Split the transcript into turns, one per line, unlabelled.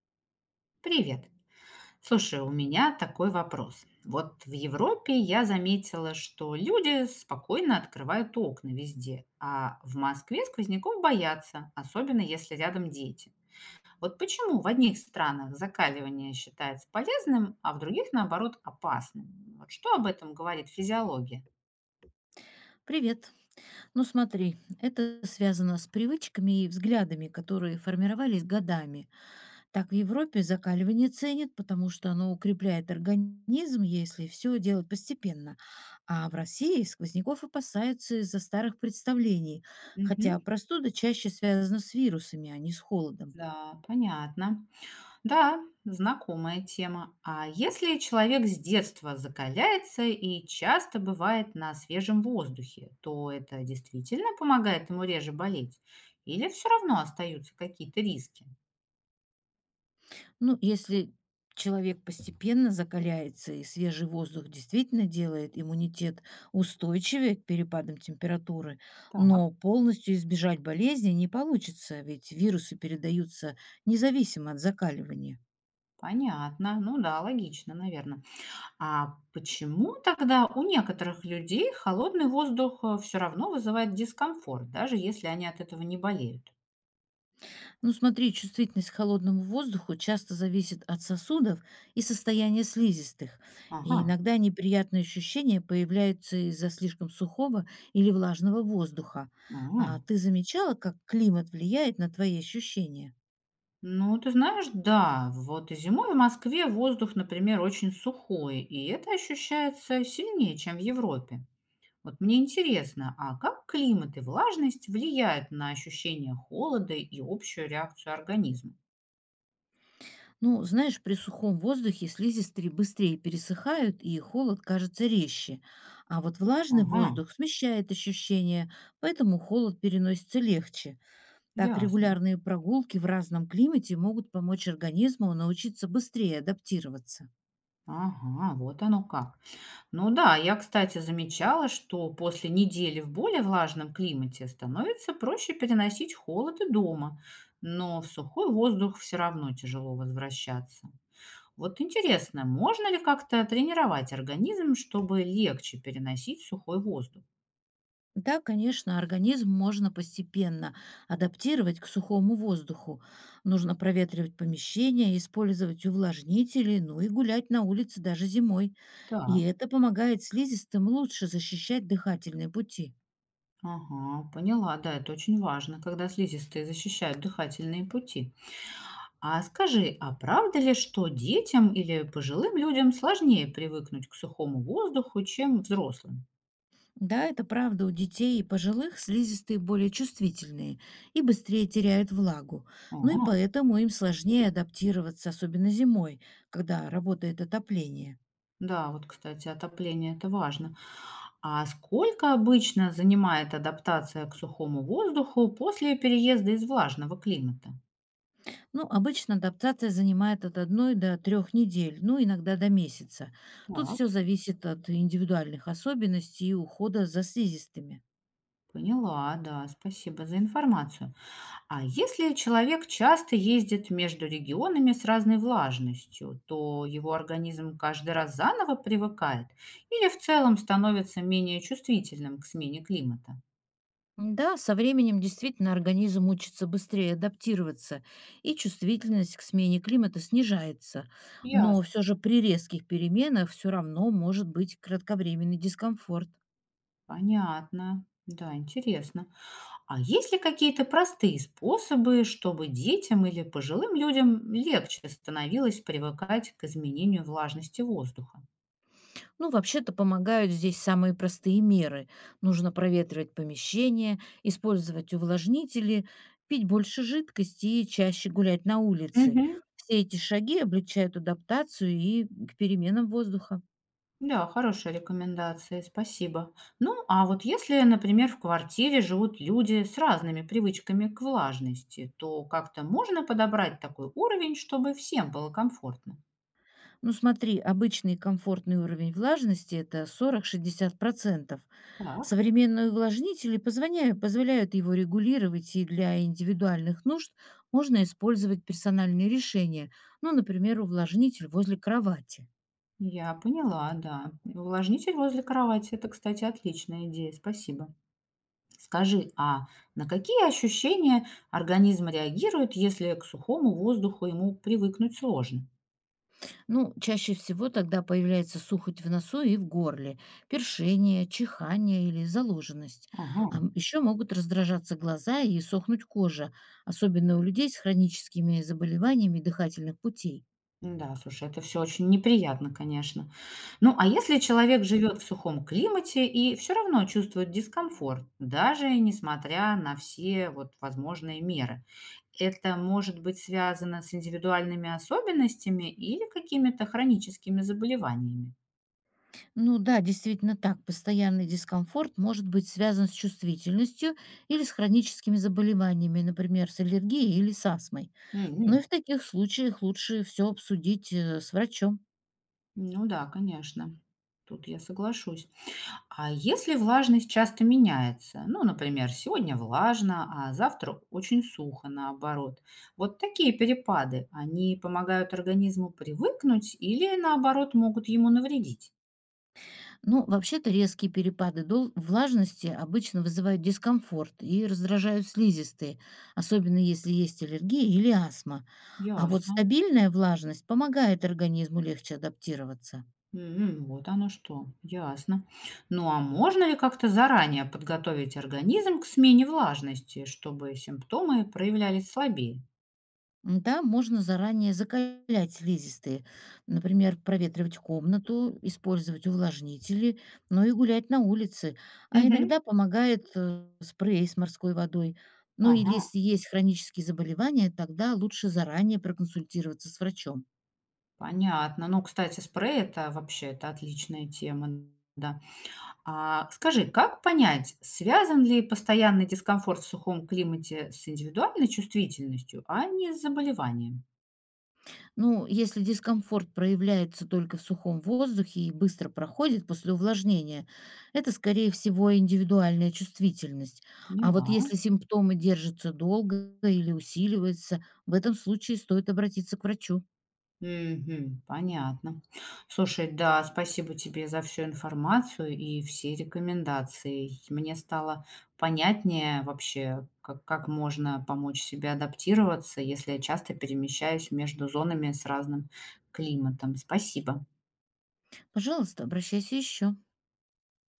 Привет. Слушай, у меня такой вопрос. Вот в Европе я заметила, что люди спокойно открывают окна везде, а в Москве сквозняков боятся, особенно если рядом дети. Вот почему в одних странах закаливание считается полезным, а в других, наоборот, опасным? Вот что об этом говорит физиология?
Привет. Ну смотри, это связано с привычками и взглядами, которые формировались годами. Так в Европе закаливание ценят, потому что оно укрепляет организм, если все делать постепенно. А в России сквозняков опасаются из-за старых представлений, хотя
Мгм.
простуда чаще связана с вирусами, а не с холодом.
Да, понятно. Да, знакомая тема. А если человек с детства закаляется и часто бывает на свежем воздухе, то это действительно помогает ему реже болеть? Или все равно остаются какие-то риски?
Ну, если человек постепенно закаляется и свежий воздух действительно делает иммунитет устойчивее к перепадам температуры,
Так,
но полностью избежать болезни не получится, ведь вирусы передаются независимо от закаливания.
понятно. Ну да, логично, наверное. А почему тогда у некоторых людей холодный воздух все равно вызывает дискомфорт, даже если они от этого не болеют?
Ну смотри, чувствительность к холодному воздуху часто зависит от сосудов и состояния слизистых. И
Ага.
иногда неприятные ощущения появляются из-за слишком сухого или влажного воздуха. А
М.
ты замечала, как климат влияет на твои ощущения?
Ну, ты знаешь, да, вот и зимой в Москве воздух, например, очень сухой, и это ощущается сильнее, чем в Европе. Вот мне интересно, а как климат и влажность влияют на ощущение холода и общую реакцию организма?
Ну, знаешь, при сухом воздухе слизистые быстрее пересыхают, и холод кажется резче. А вот влажный
Ага,
воздух смещает ощущения, поэтому холод переносится легче. Так
ясно.
регулярные прогулки в разном климате могут помочь организму научиться быстрее адаптироваться.
Ага, вот оно как. Ну да, я, кстати, замечала, что после недели в более влажном климате становится проще переносить холод и дома, но в сухой воздух все равно тяжело возвращаться. Вот интересно, можно ли как-то тренировать организм, чтобы легче переносить сухой воздух?
Да, конечно, организм можно постепенно адаптировать к сухому воздуху. Нужно проветривать помещения, использовать увлажнители, ну и гулять на улице даже зимой. И
Так,
это помогает слизистым лучше защищать дыхательные пути.
ага, поняла, да, это очень важно, когда слизистые защищают дыхательные пути. А скажи, а правда ли, что детям или пожилым людям сложнее привыкнуть к сухому воздуху, чем взрослым?
Да, это правда, у детей и пожилых слизистые более чувствительные и быстрее теряют влагу. Ну и
Ага,
поэтому им сложнее адаптироваться, особенно зимой, когда работает отопление.
да, вот, кстати, отопление это важно. А сколько обычно занимает адаптация к сухому воздуху после переезда из влажного климата?
Ну, обычно адаптация занимает от 1 до 3 недель, ну, иногда до месяца. Тут
Так.
все зависит от индивидуальных особенностей и ухода за слизистыми.
Поняла, да, спасибо за информацию. А если человек часто ездит между регионами с разной влажностью, то его организм каждый раз заново привыкает или в целом становится менее чувствительным к смене климата?
Да, со временем действительно организм учится быстрее адаптироваться, и чувствительность к смене климата снижается. Но
Ясно.
все же при резких переменах все равно может быть кратковременный дискомфорт.
Понятно. Да, интересно. А есть ли какие-то простые способы, чтобы детям или пожилым людям легче становилось привыкать к изменению влажности воздуха?
Ну, вообще-то помогают здесь самые простые меры. Нужно проветривать помещение, использовать увлажнители, пить больше жидкости и чаще гулять на улице.
Мгм.
Все эти шаги облегчают адаптацию и к переменам воздуха.
Да, хорошие рекомендации, спасибо. Ну, а вот если, например, в квартире живут люди с разными привычками к влажности, то как-то можно подобрать такой уровень, чтобы всем было комфортно?
Ну смотри, обычный комфортный уровень влажности — это 40–60%.
Так,
Современные увлажнители позволяют его регулировать, и для индивидуальных нужд можно использовать персональные решения, ну, например, увлажнитель возле кровати.
я поняла, да. Увлажнитель возле кровати– это, кстати, отличная идея, спасибо. Скажи, а на какие ощущения организм реагирует, если к сухому воздуху ему привыкнуть сложно?
Ну, чаще всего тогда появляется сухоть в носу и в горле, першение, чихание или заложенность.
Ага.
А еще могут раздражаться глаза и сохнуть кожа, особенно у людей с хроническими заболеваниями дыхательных путей.
Да, слушай, это все очень неприятно, конечно. Ну, а если человек живет в сухом климате и все равно чувствует дискомфорт, даже несмотря на все вот возможные меры, это может быть связано с индивидуальными особенностями или какими-то хроническими заболеваниями?
Ну да, действительно так. Постоянный дискомфорт может быть связан с чувствительностью или с хроническими заболеваниями, например, с аллергией или с астмой. Но
Мгм.
и в таких случаях лучше все обсудить с врачом.
Ну да, конечно. Тут я соглашусь. А если влажность часто меняется, ну, например, сегодня влажно, а завтра очень сухо, наоборот, вот такие перепады, они помогают организму привыкнуть или, наоборот, могут ему навредить?
Ну, вообще-то резкие перепады влажности обычно вызывают дискомфорт и раздражают слизистые, особенно если есть аллергия или астма. А вот
Ясно.
стабильная влажность помогает организму легче адаптироваться.
М, вот оно что, ясно. Ну а можно ли как-то заранее подготовить организм к смене влажности, чтобы симптомы проявлялись слабее?
Да, можно заранее закалять слизистые, например, проветривать комнату, использовать увлажнители, но и гулять на улице. А
Мгм.
иногда помогает спрей с морской водой. Ну или
Ага,
если есть хронические заболевания, тогда лучше заранее проконсультироваться с врачом.
понятно. Ну, кстати, спрей это вообще это отличная тема, да. А скажи, как понять, связан ли постоянный дискомфорт в сухом климате с индивидуальной чувствительностью, а не с заболеванием?
Ну, если дискомфорт проявляется только в сухом воздухе и быстро проходит после увлажнения, это, скорее всего, индивидуальная чувствительность. А вот
Поняла.
если симптомы держатся долго или усиливаются, в этом случае стоит обратиться к врачу.
Мгм. Понятно. Слушай, да, спасибо тебе за всю информацию и все рекомендации. Мне стало понятнее вообще, как можно помочь себе адаптироваться, если я часто перемещаюсь между зонами с разным климатом. Спасибо.
Пожалуйста, обращайся еще.